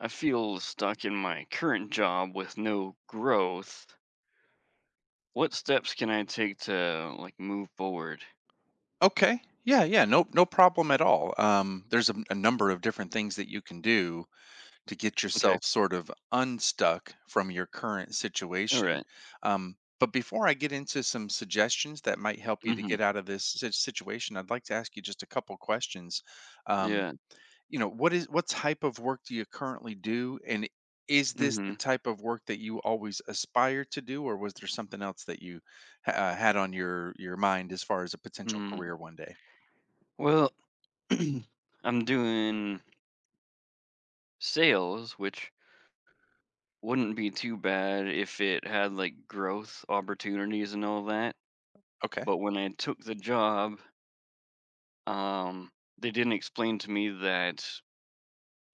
I feel stuck in my current job with no growth. What steps can I take to move forward? Okay. Yeah, yeah. No, no problem at all. There's a number of different things that you can do to get Okay. yourself sort of unstuck from your current All situation. right. But before I get into some suggestions that might help you to Mhm. get out of this situation, I'd like to ask you just a couple questions. Um, Yeah. What type of work do you currently do, and is this the Mhm. type of work that you always aspire to do, or was there something else that you had on your mind as far as a potential Mhm. career one day? Well, I'm doing sales, which wouldn't be too bad if it had like growth opportunities and all that. Okay. But when I took the job, um they didn't explain to me that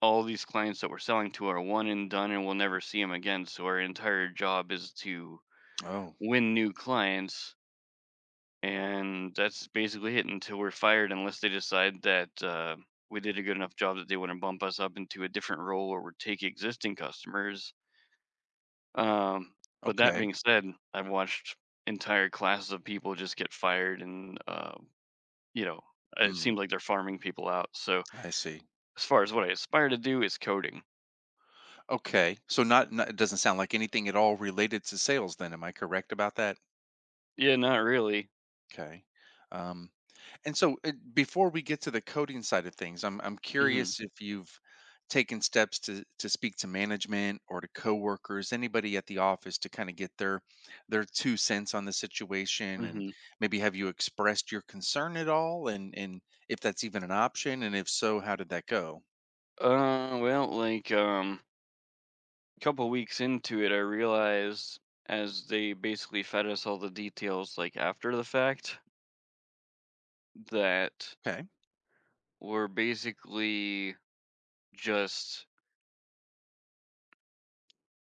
all these clients that we're selling to are one and done and we'll never see them again. So our entire job is to Oh, win new clients. And that's basically it until we're fired, unless they decide that we did a good enough job that they want to bump us up into a different role or would take existing customers. Um, but that okay. being said, I've watched entire classes of people just get fired, and, you know, it seems Mm, like they're farming people out. So I see. as far as what I aspire to do is coding. Okay. So not it doesn't sound like anything at all related to sales then. Am I correct about that? Yeah, not really. Okay. Um, and so Before we get to the coding side of things, I'm Mhm. curious if you've taken steps to speak to management or to coworkers, anybody at the office to kind of get their two cents on the situation and hmm maybe have you expressed your concern at all and if that's even an option and if so, how did that go? Well, a couple weeks into it, I realized, as they basically fed us all the details, like after the fact, that Okay. we're basically just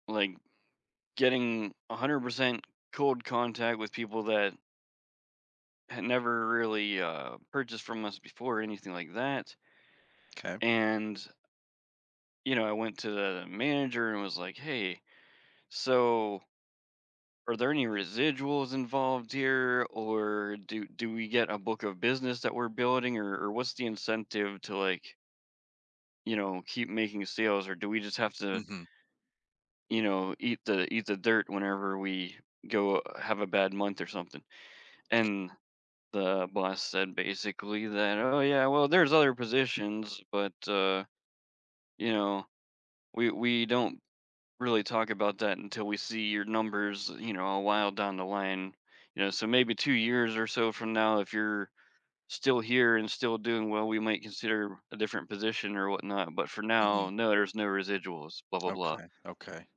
like getting 100% cold contact with people that had never really purchased from us before or anything like that. Okay. And I went to the manager and was like, "Hey, so are there any residuals involved here, or do we get a book of business that we're building, or what's the incentive to keep making sales, or do we just have to, Mhm, eat the dirt whenever we go have a bad month or something?" And the boss said basically that, "Oh, yeah, well, there's other positions, but you know we don't really talk about that until we see your numbers, you know, a while down the line. You know, so maybe 2 years or so from now, if you're still here and still doing well, we might consider a different position or whatnot. But for now, mhm. no, there's no residuals, blah, blah, blah." Okay, okay.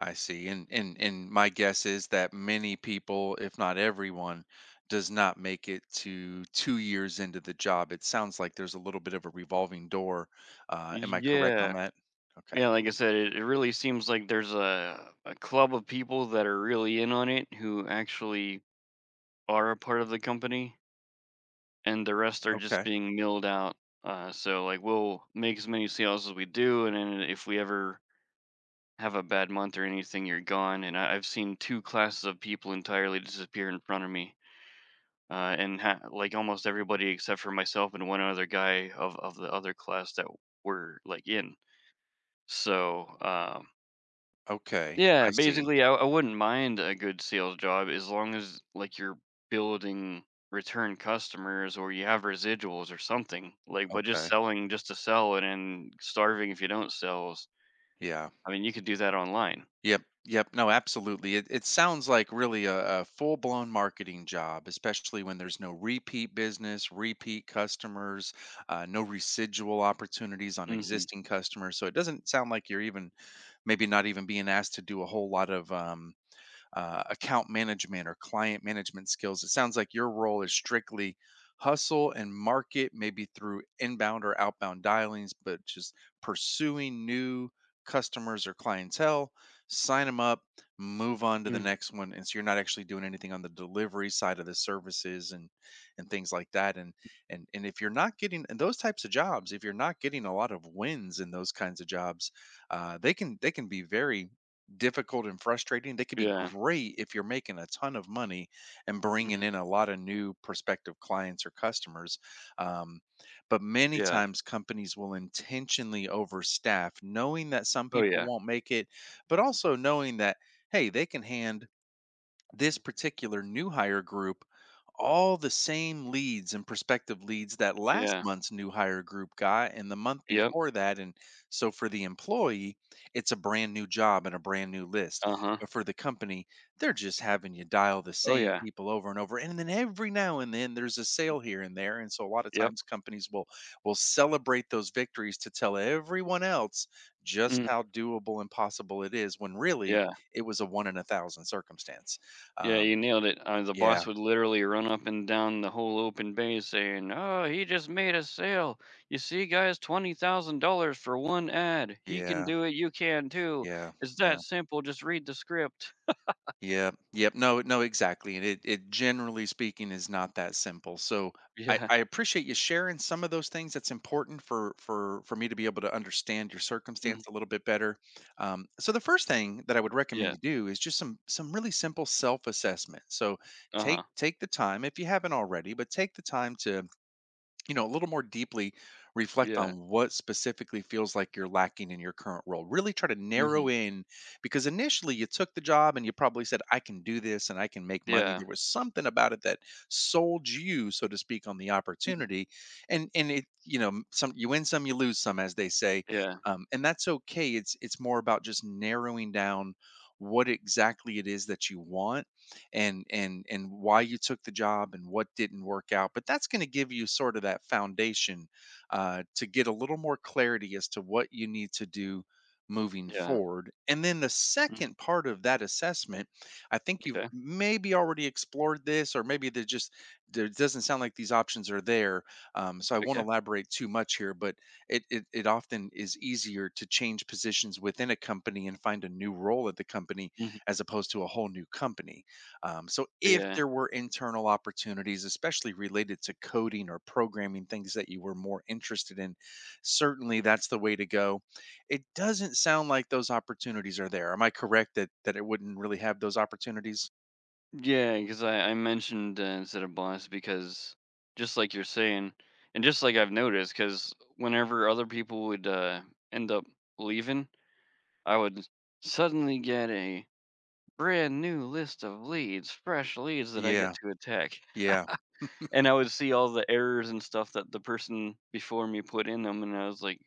I see. And my guess is that many people, if not everyone, does not make it to 2 years into the job. It sounds like there's a little bit of a revolving door. Am I correct on Yeah. that? Okay, Yeah, like I said, it really seems like there's a club of people that are really in on it, who actually are a part of the company, and the rest are just okay, being milled out. So, like, we'll make as many sales as we do, and then if we ever have a bad month or anything, you're gone. And I've seen two classes of people entirely disappear in front of me, and like almost everybody except for myself and one other guy of the other class that were like in. So okay. yeah, I see. basically, I wouldn't mind a good sales job as long as you're building return customers or you have residuals or something like, but just Okay, selling just to sell it and starving if you don't sell is- yeah. I mean, you could do that online. Yep. Yep. No, absolutely. It sounds like really a full blown marketing job, especially when there's no repeat business, repeat customers, no residual opportunities on hmm existing customers. So it doesn't sound like you're even, maybe not even being asked to do a whole lot of account management or client management skills. It sounds like your role is strictly hustle and market, maybe through inbound or outbound dialings, but just pursuing new customers or clientele, sign them up, move on to the hmm next one. And so you're not actually doing anything on the delivery side of the services and things like that. And if you're not getting and those types of jobs, if you're not getting a lot of wins in those kinds of jobs, they can be very difficult and frustrating. They could be yeah. great if you're making a ton of money and bringing hmm in a lot of new prospective clients or customers. Um, but many Yeah. times companies will intentionally overstaff, knowing that some Oh, people yeah. won't make it, but also knowing that, hey, they can hand this particular new hire group all the same leads and prospective leads that last Yeah. month's new hire group got and the month Yep. before that. And so for the employee it's a brand new job and a brand new list, Uh-huh. but for the company they're just having you dial the Oh, same yeah. people over and over, and then every now and then there's a sale here and there. And so a lot of Yep. times companies will celebrate those victories to tell everyone else just Mm. how doable and possible it is when really Yeah. it was a one in a thousand circumstance. Yeah, you Um, nailed it. The yeah, boss would literally run up and down the whole open bay saying, "Oh, he just made a sale. You see, guys, $20,000 for one ad. He can yeah, do it. You can too. yeah, It's yeah, that simple. Just read the script." yeah, yep. No, no, exactly. It generally speaking is not that simple. So Yeah. I appreciate you sharing some of those things. That's important for for me to be able to understand your Mm. circumstance a little bit better. So the first thing that I would recommend Yeah. you do is just some really simple self assessment. So Uh-huh. Take the time if you haven't already, but take the time to you know, a little more deeply reflect Yeah. on what specifically feels like you're lacking in your current role. Really try to Mhm. narrow in because initially you took the job and you probably said, I can do this and I can make money. Yeah. There was something about it that sold you, so to speak, on the Mm. opportunity. You know, some you win some, you lose some, as they say. Yeah. And that's okay. It's more about just narrowing down what exactly it is that you want and why you took the job and what didn't work out, but that's going to give you sort of that foundation to get a little more clarity as to what you need to do moving Yeah. forward. And then the Mm. second part of that assessment, I think you've Okay. maybe already explored this, or maybe they just there doesn't sound like these options are there. So I won't Okay. elaborate too much here, but it often is easier to change positions within a company and find a new role at the company Mhm. as opposed to a whole new company. Um, so if Yeah. there were internal opportunities, especially related to coding or programming, things that you were more interested in, certainly that's the way to go. It doesn't sound like those opportunities are there. Am I correct that it wouldn't really have those opportunities? Yeah, because I mentioned instead of boss, because just like you're saying, and just like I've noticed, because whenever other people would end up leaving, I would suddenly get a brand new list of leads, fresh leads that I get Yeah, to attack. yeah, And I would see all the errors and stuff that the person before me put in them, and I was like,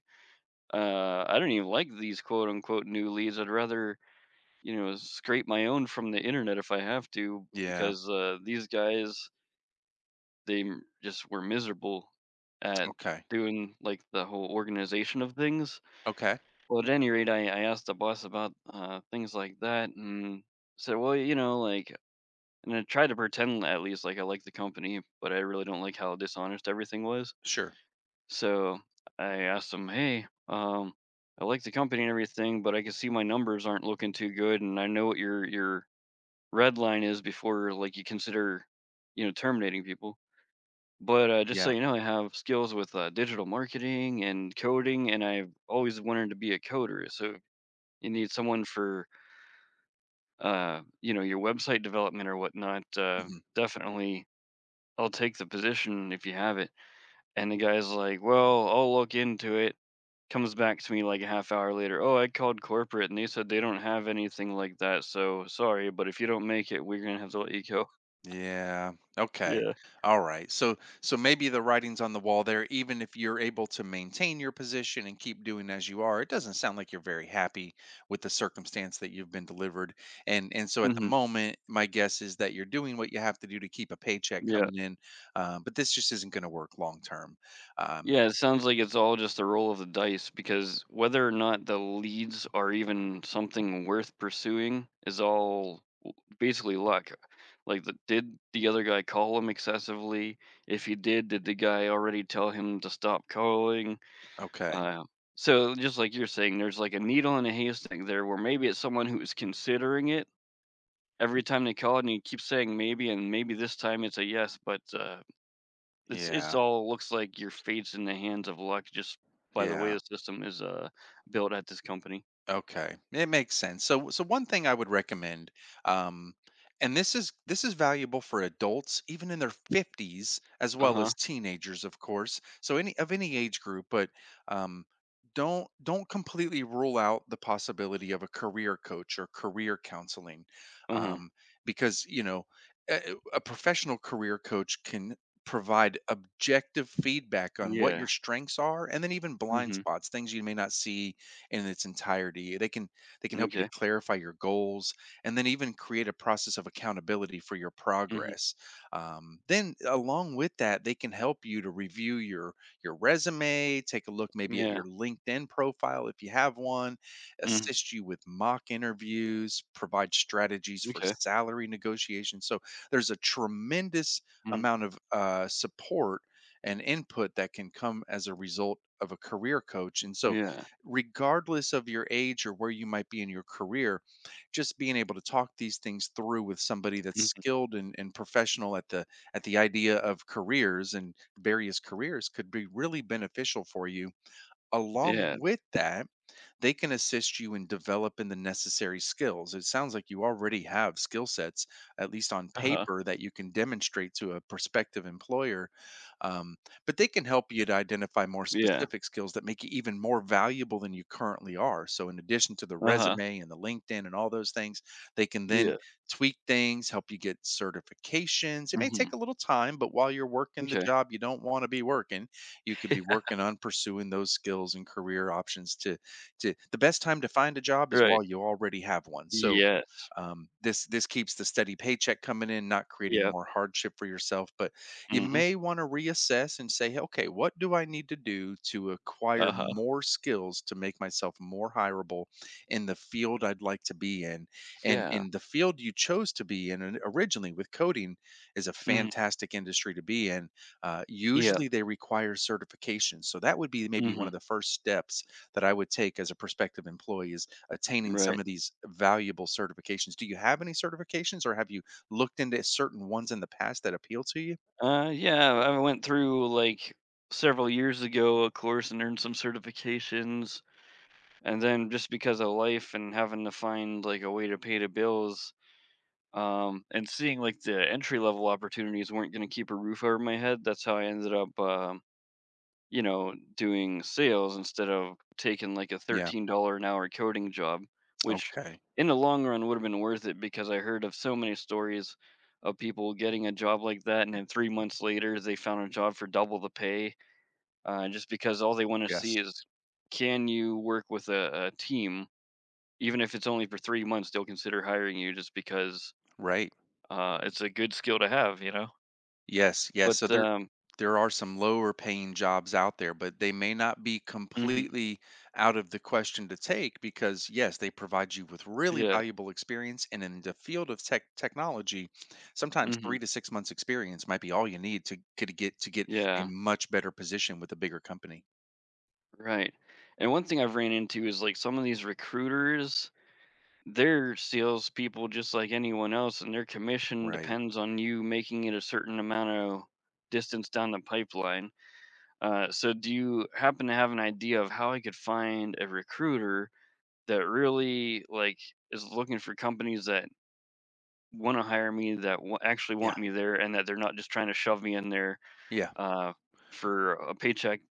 I don't even like these quote unquote new leads. I'd rather, scrape my own from the internet if I have to, yeah. because these guys, they just were miserable at Okay, doing like the whole organization of things. okay, Well, at any rate, I asked the boss about things like that, and said, and I tried to pretend at least like I like the company, but I really don't like how dishonest everything was. sure. So I asked him, "Hey, I like the company and everything, but I can see my numbers aren't looking too good, and I know what your red line is before you consider, you know, terminating people. But just so Yeah. you know, I have skills with digital marketing and coding, and I've always wanted to be a coder. So if you need someone for, your website development or whatnot, uh, definitely, I'll take the position if you have it." And the guy's like, "Well, I'll look into it." Comes back to me like a half hour later. "Oh, I called corporate and they said they don't have anything like that. So sorry, but if you don't make it, we're gonna have to let you go." Yeah. Okay. Yeah. All right. So so maybe the writing's on the wall there, even if you're able to maintain your position and keep doing as you are. It doesn't sound like you're very happy with the circumstance that you've been delivered. And so at the hmm moment my guess is that you're doing what you have to do to keep a paycheck Yeah. coming in. But this just isn't going to work long term. Um, Yeah, it sounds like it's all just a roll of the dice, because whether or not the leads are even something worth pursuing is all basically luck. Like, did the other guy call him excessively? If he did the guy already tell him to stop calling? okay. Uh, so, just like you're saying, there's like a needle in a haystack there, where maybe it's someone who is considering it every time they call and he keeps saying maybe, and maybe this time it's a yes, but it's Yeah. all looks like your fate's in the hands of luck just by the way Yeah. the system is, built at this company. Okay, it makes sense. So, so one thing I would recommend, um, and this is valuable for adults, even in their fifties, as well Uh-huh. as teenagers, of course. So any of any age group, but um, don't completely rule out the possibility of a career coach or career counseling, Uh-huh. um, because you know a professional career coach can provide objective feedback on what your Yeah. strengths are, and then even blind Mhm. spots, things you may not see in its entirety. They can help you M'kay. to clarify your goals and then even create a process of accountability for your Mhm. progress. Then along with that, they can help you to review your resume, take a look maybe at Yeah. your LinkedIn profile if you have one, Mhm. assist you with mock interviews, provide strategies for Okay. salary negotiation. So there's a tremendous Mm. amount of support and input that can come as a result of a career coach. And so Yeah. regardless of your age or where you might be in your career, just being able to talk these things through with somebody that's Mhm. skilled and professional at the idea of careers and various careers could be really beneficial for you. Along Yeah. with that, they can assist you in developing the necessary skills. It sounds like you already have skill sets, at least on Uh-huh. paper, that you can demonstrate to a prospective employer. Um, but they can help you to identify more Yeah. specific skills that make you even more valuable than you currently are. So, in addition to the Uh-huh. resume and the LinkedIn and all those things, they can then Yeah. tweak things, help you get certifications. It may Mhm. take a little time, but while you're working the Okay. job you don't want to be working, you could be working on pursuing those skills and career options to the best time to find a job is Right. while you already have one. So, Yes. This this keeps the steady paycheck coming in, not creating Yep. more hardship for yourself. But you Mhm. may want to reassess and say, "Hey, okay, what do I need to do to acquire Uh-huh. more skills to make myself more hireable in the field I'd like to be in? And Yeah. in the field you chose to be in, and originally with coding is a Mhm. fantastic industry to be in. Yep. Usually they require certifications, so that would be maybe one Mhm. of the first steps that I would take as a prospective employee is attaining some Right. of these valuable certifications. Do you have any certifications or have you looked into certain ones in the past that appeal to you? Yeah, I went through, like, several years ago, a course, and earned some certifications, and then just because of life and having to find like a way to pay the bills, and seeing like the entry level opportunities weren't going to keep a roof over my head, that's how I ended up, doing sales instead of taking like a Yeah. $13 an hour coding job, which Okay. in the long run would have been worth it, because I heard of so many stories of people getting a job like that and then 3 months later they found a job for double the pay, just because all they want to see Yes. is, can you work with a team? Even if it's only for 3 months, they'll consider hiring you just because, Right. It's a good skill to have, you know? Yes. Yes. So But, there there are some lower paying jobs out there, but they may not be Mhm. completely out of the question to take, because yes, they provide you with really Yeah. valuable experience. And in the field of tech technology, sometimes Mhm. 3 to 6 months experience might be all you need to could get to get a Yeah. much better position with a bigger company. Right. And one thing I've ran into is, like, some of these recruiters, they're salespeople just like anyone else, and their commission Right. depends on you making it a certain amount of distance down the pipeline. So do you happen to have an idea of how I could find a recruiter that really, like, is looking for companies that wanna hire me, that w actually Yeah. want me there, and that they're not just trying to shove me in there, Yeah. uh, for a paycheck,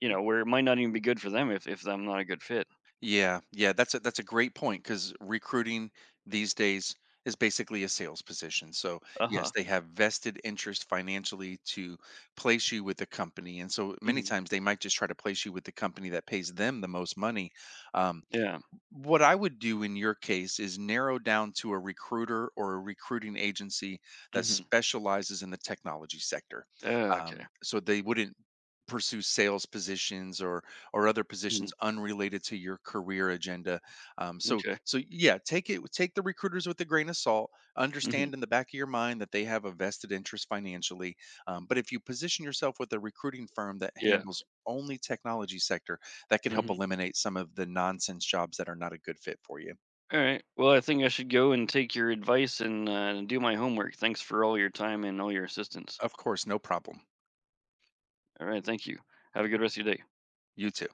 you know, where it might not even be good for them if I'm not a good fit. Yeah. Yeah. That's a great point, because recruiting these days is basically a sales position. So yes, Uh-huh. they have vested interest financially to place you with the company, and so many Mhm. times they might just try to place you with the company that pays them the most money. Um, Yeah. what I would do in your case is narrow down to a recruiter or a recruiting agency that Mhm. specializes in the technology sector. Okay. So they wouldn't pursue sales positions or other Mhm. positions unrelated to your career agenda. So M'kay. so yeah, take the recruiters with a grain of salt. Mhm. Understand in the back of your mind that they have a vested interest financially. But if you position yourself with a recruiting firm that Yeah. handles only technology sector, that could help Mhm. eliminate some of the nonsense jobs that are not a good fit for you. Alright. Well, I think I should go and take your advice and, do my homework. Thanks for all your time and all your assistance. Of course, no problem. Alright, thank you. Have a good rest of your day. You too.